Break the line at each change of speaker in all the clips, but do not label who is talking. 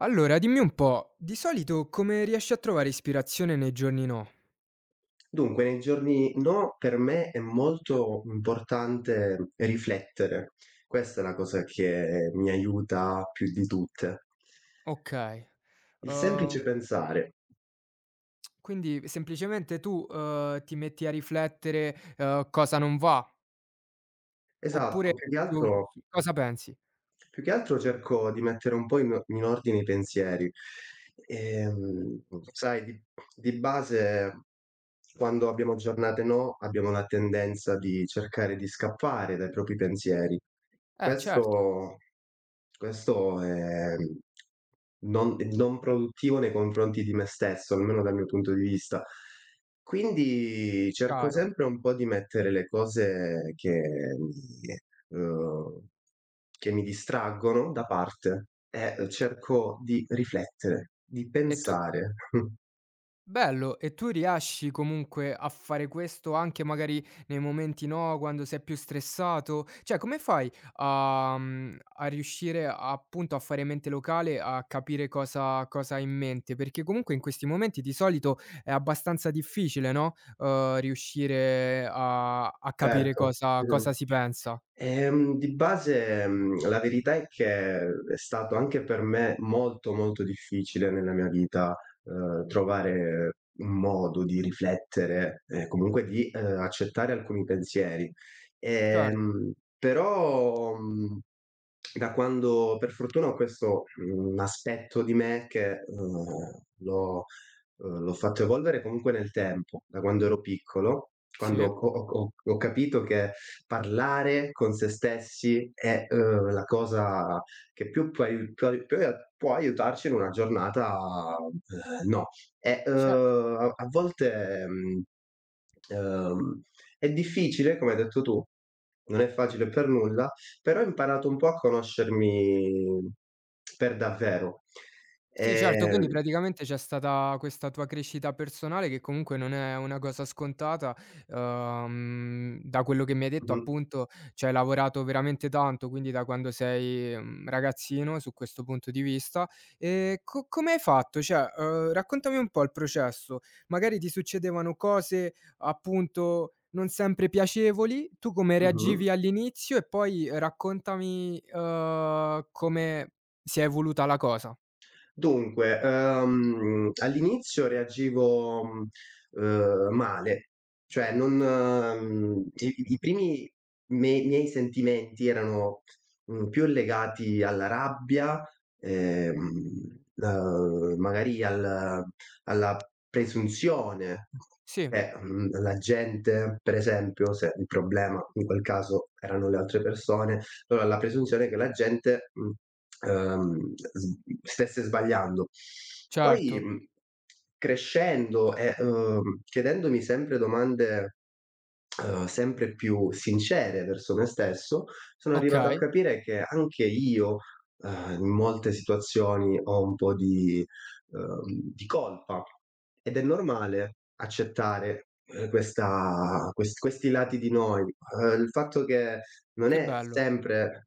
Allora, dimmi un po', di solito come riesci a trovare ispirazione nei giorni no?
Dunque, nei giorni no, per me è molto importante riflettere. Questa è la cosa che mi aiuta più di tutte.
Okay.
Il
uhm,
semplice pensare.
quindi semplicemente tu, ti metti a riflettere, cosa non va,
Esatto,
oppure
più che
su
altro.
su cosa pensi?
Più che altro cerco di mettere un po' in ordine i pensieri. Ehm, sai di base quando abbiamo giornate no, abbiamo la tendenza di cercare di scappare dai propri pensieri.
Eh certo,
Questo questo è non produttivo nei confronti di me stesso, almeno dal mio punto di vista. Quindi cerco
chiaro.
sempre un po' di mettere le cose mi uhm, che mi distraggono da parte e cerco di riflettere, di
E tu
pensare.
Bello, e tu riesci comunque a fare questo anche magari nei momenti no, quando sei più stressato? Cioè, come fai a riuscire appunto a fare mente locale, a capire cosa hai in mente? Perché comunque in questi momenti di solito è abbastanza difficile, no, riuscire a capire
Certo,
cosa
mh-mh.
cosa si pensa.
Di base, la verità è che è stato anche per me molto, molto difficile nella mia vita, trovare un modo di riflettere e comunque di, accettare alcuni pensieri.
Certo,
Ehm, però, da quando per fortuna ho questo, aspetto di me che, l'ho fatto evolvere comunque nel tempo, da quando ero piccolo,
sì.
quando ho capito che parlare con se stessi è, la cosa che più può aiutarci in una giornata, uhm, no. E,
ce
a volte, uhm, è difficile, come hai detto tu, non è facile per nulla, però ho imparato un po' a conoscermi per davvero.
Sì, certo, quindi
Ehm
praticamente c'è stata questa tua crescita personale che comunque non è una cosa scontata. Da quello che mi hai detto
mh-mh,
appunto ci hai lavorato veramente tanto, quindi da quando sei, ragazzino su questo punto di vista. E co come hai fatto? Cioè, raccontami un po' il processo. Magari ti succedevano cose appunto non sempre piacevoli, tu come
mh-mh.
reagivi all'inizio e poi raccontami, come si è evoluta la cosa.
Dunque, all'inizio reagivo, male, cioè non i primi me miei sentimenti erano, più legati alla rabbia, ehm, magari al alla presunzione
Sì.
che, la gente per esempio, se il problema in quel caso erano le altre persone, allora la presunzione è che la gente, s stesse sbagliando. Poi,
Certo,
crescendo e, chiedendomi sempre domande, sempre più sincere verso me stesso, sono arrivato a
okay,
capire che anche io, in molte situazioni ho un po' di colpa ed è normale accettare, questa quest questi lati di noi. Il fatto che non
che
è
bello.
sempre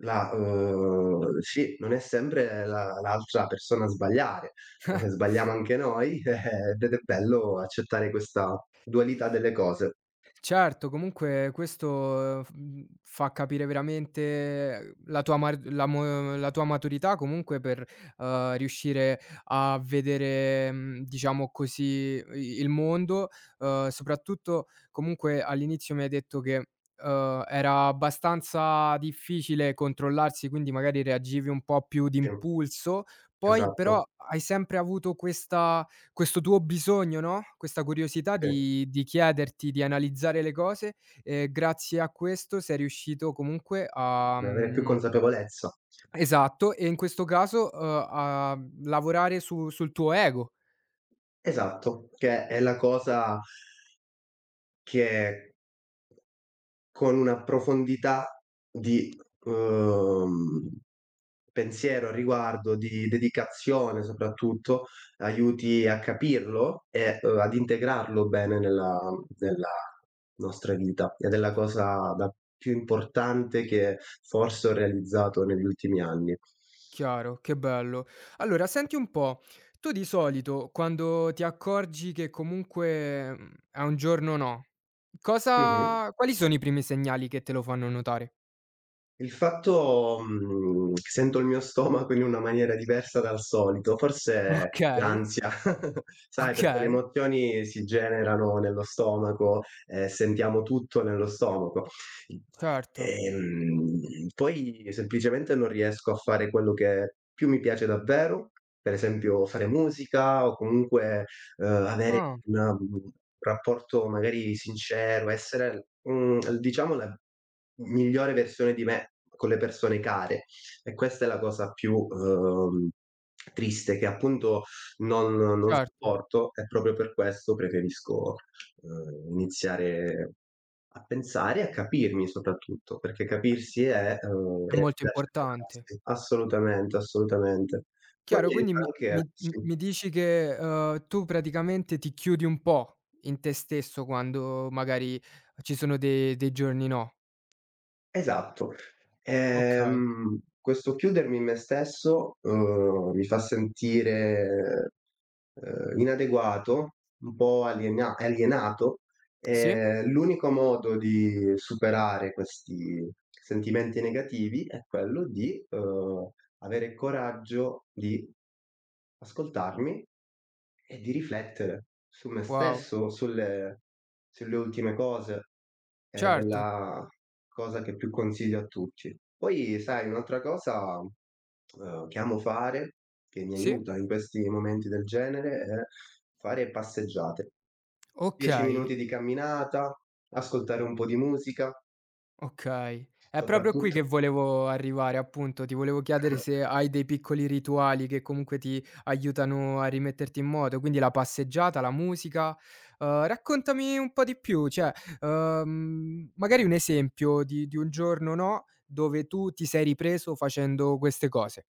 la sì, non è sempre la l'altra persona a sbagliare. Sbagliamo anche noi, ed è bello accettare questa dualità delle cose.
Certo, comunque questo, fa capire veramente la tua mar la mo la tua maturità comunque per, riuscire a vedere, diciamo così, i il mondo, soprattutto comunque all'inizio mi hai detto che, era abbastanza difficile controllarsi, quindi magari reagivi un po' più
Sì,
d'impulso, poi
esatto,
però hai sempre avuto questa questo tuo bisogno, no, questa curiosità
sì, ad
di chiederti, di analizzare le cose, grazie a questo sei riuscito comunque a,
avere più consapevolezza.
esatto, e in questo caso, a lavorare su sul tuo ego.
Esatto, che è la cosa che con una profondità di uhm pensiero a riguardo, di dedicazione soprattutto, aiuti a capirlo e, ad integrarlo bene nella nostra vita ed è la cosa da più importante che forse ho realizzato negli ultimi anni.
Chiaro, che bello. Allora senti un po', tu di solito quando ti accorgi che comunque, è un giorno no,
Mh-mh.
cosa quali sono i primi segnali che te lo fanno notare?
Il fatto, che sento il mio stomaco in una maniera diversa dal solito, forse
Okay,
l'ansia, sai perché le
okay,
emozioni si generano nello stomaco e sentiamo tutto nello stomaco.
certo.
Poi semplicemente non riesco a fare quello che più mi piace davvero, per esempio fare musica o comunque avere
Ah,
un rapporto magari sincero, essere, diciamo la migliore versione di me con le persone care. E questa è la cosa più, triste che appunto non
certo.
sopporto e proprio per questo preferisco, iniziare a pensare e a capirmi soprattutto, perché capirsi è, uhm,
È
è è
molto importante.
accettarsì. Assolutamente, assolutamente. Poi
Chiaro,
mi
quindi
aiuta
mi
anche
mi m
sì.
mi dici che, tu praticamente ti chiudi un po' in te stesso quando magari ci sono de dei giorni no.
Esatto.
Okay.
Questo chiudermi in me stesso, mi fa sentire, inadeguato, un po' alienato,
Sì?
e l'unico modo di superare questi sentimenti negativi è quello di, avere il coraggio di ascoltarmi e di riflettere su me
Wow.
stesso, sulle ultime cose. È
Certo.
della cosa che più consiglio a tutti. Poi sai un'altra cosa, che amo fare, che mi
Sì?
aiuta in questi momenti del genere, è fare passeggiate. 10
Okay.
minuti di camminata, ascoltare un po' di musica,
Okay. È proprio qui
soprattutto.
che volevo arrivare, appunto. Ti volevo chiedere se hai dei piccoli rituali che comunque ti aiutano a rimetterti in moto, quindi la passeggiata, la musica. Raccontami un po' di più, cioè, magari un esempio di un giorno, no, dove tu ti sei ripreso facendo queste cose.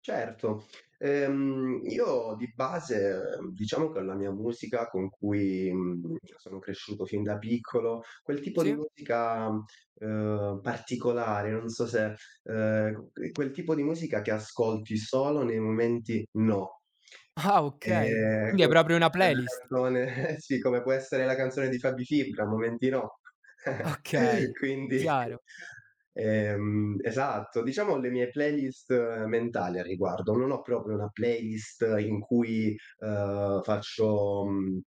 Certo, io di base, diciamo che la mia musica con cui, sono cresciuto fin da piccolo, quel tipo di
Sì.
musica, particolare, non so se quel tipo di musica che ascolti solo nei momenti no.
Ah, okay.
Ehm,
Quindi hai
come
proprio
può
una
essere
playlist.
la canzone eh sì, come può essere la canzone di Fabri Fibra, "Momenti no".
Okay,
Quindi
chiaro,
esatto, diciamo le mie playlist mentali al riguardo. Non ho proprio una playlist in cui, ehm, faccio, mhmm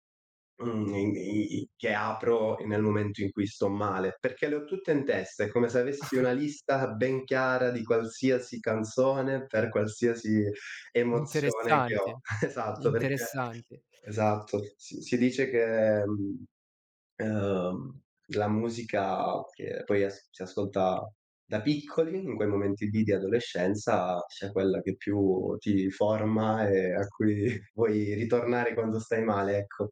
Mhmm, i che apro nel momento in cui sto male, perché le ho tutte in testa, è come se avessi una lista ben chiara di qualsiasi canzone per qualsiasi emozione che
interessante,
ho. Esatto, perché
interessante.
esatto, si dice che, ehm, la musica che poi as si ascolta da piccoli, in quei momenti lì di adolescenza, sia quella che più ti forma e a cui vuoi ritornare quando stai male, ecco.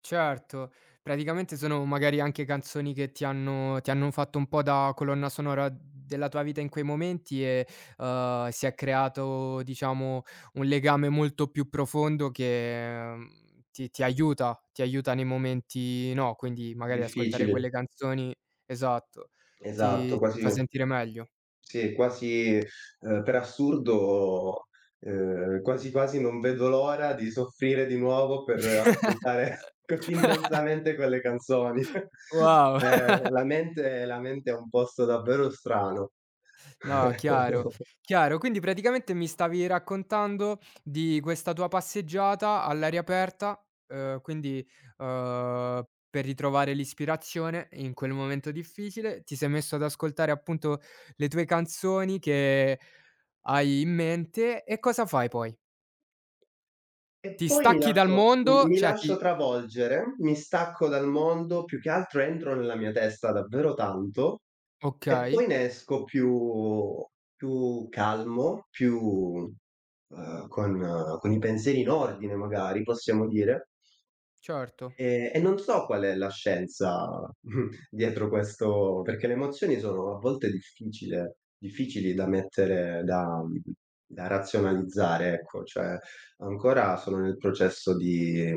Certo, praticamente sono magari anche canzoni che ti hanno fatto un po' da colonna sonora della tua vita in quei momenti e, si è creato diciamo un legame molto più profondo che, ti aiuta nei momenti no, quindi magari ascoltare
Difficili,
quelle canzoni, esatto, ti
esatto,
ti fa
quasi
sentire meglio.
sì, quasi, per assurdo, quasi quasi non vedo l'ora di soffrire di nuovo per ascoltare così intensamente quelle canzoni.
Wow!
La mente è un posto davvero strano.
No, chiaro, chiaro. Quindi praticamente mi stavi raccontando di questa tua passeggiata all'aria aperta, quindi, per ritrovare l'ispirazione in quel momento difficile, ti sei messo ad ascoltare appunto le tue canzoni che hai in mente e cosa fai poi?
E
Ti
poi mi
stacchi dal
lascio mi
mondo?
mi
Cioè
lascio
ti
travolgere, mi stacco dal mondo, più che altro entro nella mia testa davvero tanto e
Okay,
poi ne esco più calmo, più, con i pensieri in ordine magari, possiamo dire.
certo,
E non so qual è la scienza dietro questo perché le emozioni sono a volte difficile difficili da mettere da razionalizzare, ecco, cioè ancora sono nel processo di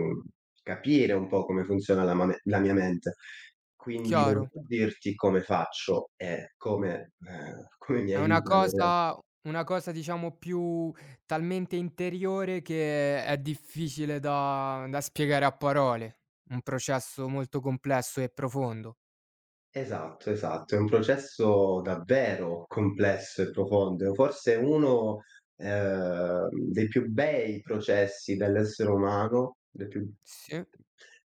capire un po' come funziona la ma me la mia mente. Quindi non
chiaro.
so dirti come faccio e come come mi
È una
aiutano in realtà.
cosa una cosa diciamo più talmente interiore che è difficile da spiegare a parole. Un processo molto complesso e profondo.
Esatto, esatto. È un processo davvero complesso e profondo. Forse uno, dei più bei processi dell'essere umano, dei più
Sì,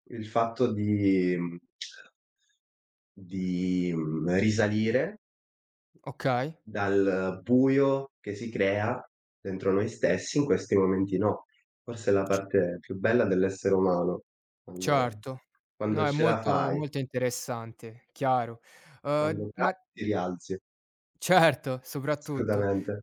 il fatto di risalire
okay,
dal buio che si crea dentro noi stessi in questi momenti no. Forse è la
c
parte più bella dell'essere umano, quando
certo.
quando
No, è
ce la
molto
fai,
molto interessante, chiaro.
quando
Ma
cadi ti rialzi.
certo, soprattutto.
Assolutamente.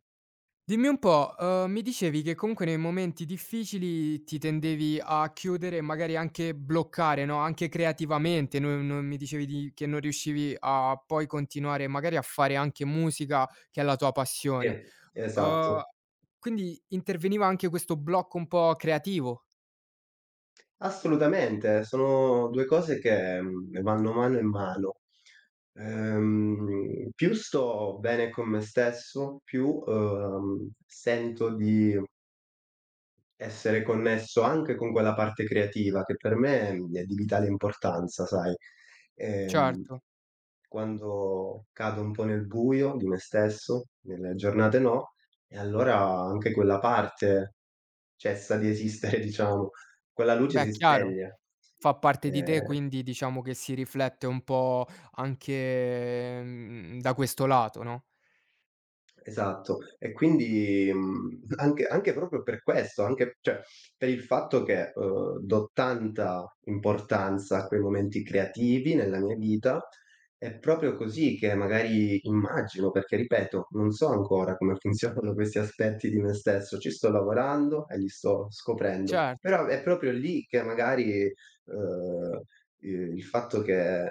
Dimmi un po', mi dicevi che comunque nei momenti difficili ti tendevi a chiudere e magari anche bloccare, no, anche creativamente, no non mi dicevi di che non riuscivi a poi continuare magari a fare anche musica che è la tua passione.
Sì,
Uhm,
esatto.
quindi interveniva anche questo blocco un po' creativo.
Assolutamente, sono 2 cose che, vanno mano in mano. Più sto bene con me stesso, più, sento di essere connesso anche con quella parte creativa che per me, è di vitale importanza, sai. Ehm,
Certo,
quando cado un po' nel buio di me stesso, nelle giornate no, e allora anche quella parte cessa di esistere, diciamo. Quella luce
beh
si
chiaro,
spegne.
fa parte di te
Ehm
quindi diciamo che si riflette un po' anche, da questo lato, no?
Esatto. E quindi, anche proprio per questo, anche cioè per il fatto che, do tanta importanza a quei momenti creativi nella mia vita, è proprio così che magari immagino, perché ripeto, non so ancora come funzionano questi aspetti di me stesso, ci sto lavorando e li sto scoprendo,
Certo.
però è proprio lì che magari, uhm, i il fatto che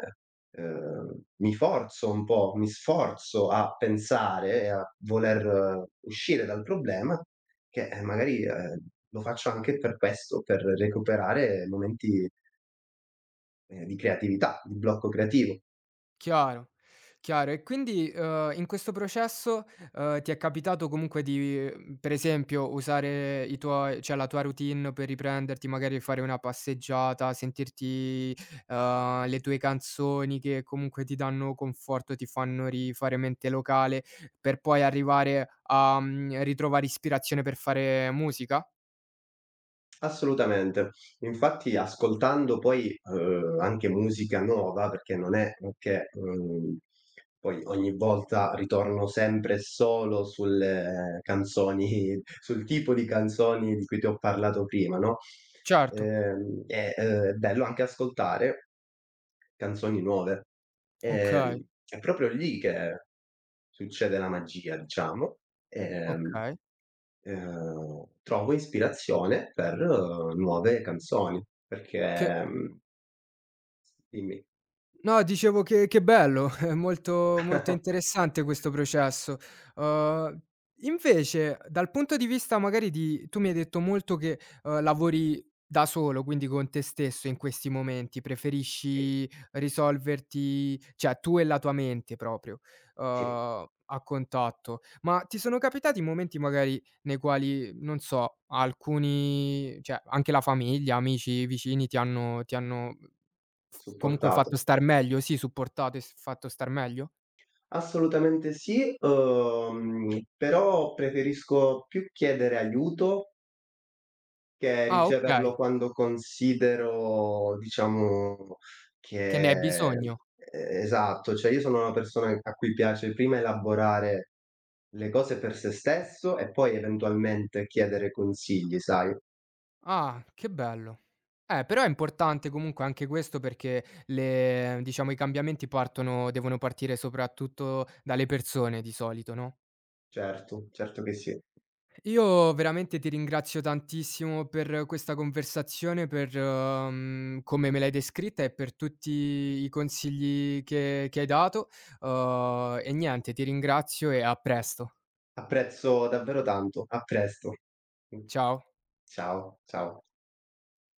mi forzo un po', mi sforzo a pensare e a voler uscire dal problema, che, lo faccio anche per questo, per recuperare momenti, di creatività, di blocco creativo.
Chiaro, chiaro. E quindi, in questo processo, ti è capitato comunque di, per esempio usare i tuoi cioè la tua routine per riprenderti, magari fare una passeggiata, sentirti, le tue canzoni che comunque ti danno conforto, ti fanno rifare mente locale, per poi arrivare a, ritrovare ispirazione per fare musica?
Assolutamente. Infatti ascoltando poi, anche musica nuova, perché non è che, poi ogni volta ritorno sempre e solo sulle canzoni sul tipo di canzoni di cui ti ho parlato prima, no,
Certo,
è, bello anche ascoltare canzoni nuove.
okay,
Ehm, è proprio lì che succede la magia, diciamo. Ehm
okay.
trovo ispirazione per nuove canzoni,
Che
perché dimmi.
No, dicevo che bello, è molto molto interessante questo processo. Uhm, Invece dal punto di vista magari di tu mi hai detto molto che, lavori da solo, quindi con te stesso in questi momenti,
Sì,
preferisci risolverti cioè tu e la tua mente proprio,
sì,
uhm, a contatto. Ma ti sono capitati momenti magari nei quali, non so, alcuni cioè anche la famiglia, amici, vicini ti hanno F comunque fatto
supportato.
star meglio? Sì, supportato e s fatto star meglio?
Assolutamente sì, però preferisco più chiedere aiuto che
Ah,
riceverlo
okay,
quando considero, diciamo,
che
che.
ne hai bisogno.
E esatto, cioè io sono una persona a cui piace prima elaborare le cose per se stesso e poi eventualmente chiedere consigli, sai?
Ah, che bello. Però è importante comunque anche questo perché le diciamo i cambiamenti partono devono partire soprattutto dalle persone di solito, no?
Certo, certo che sì.
Io veramente ti ringrazio tantissimo per questa conversazione, per, come me l'hai descritta e per tutti i consigli che hai dato, e niente, ti ringrazio e a presto.
Apprezzo davvero tanto. A presto. Mh.
Ciao.
Ciao, ciao.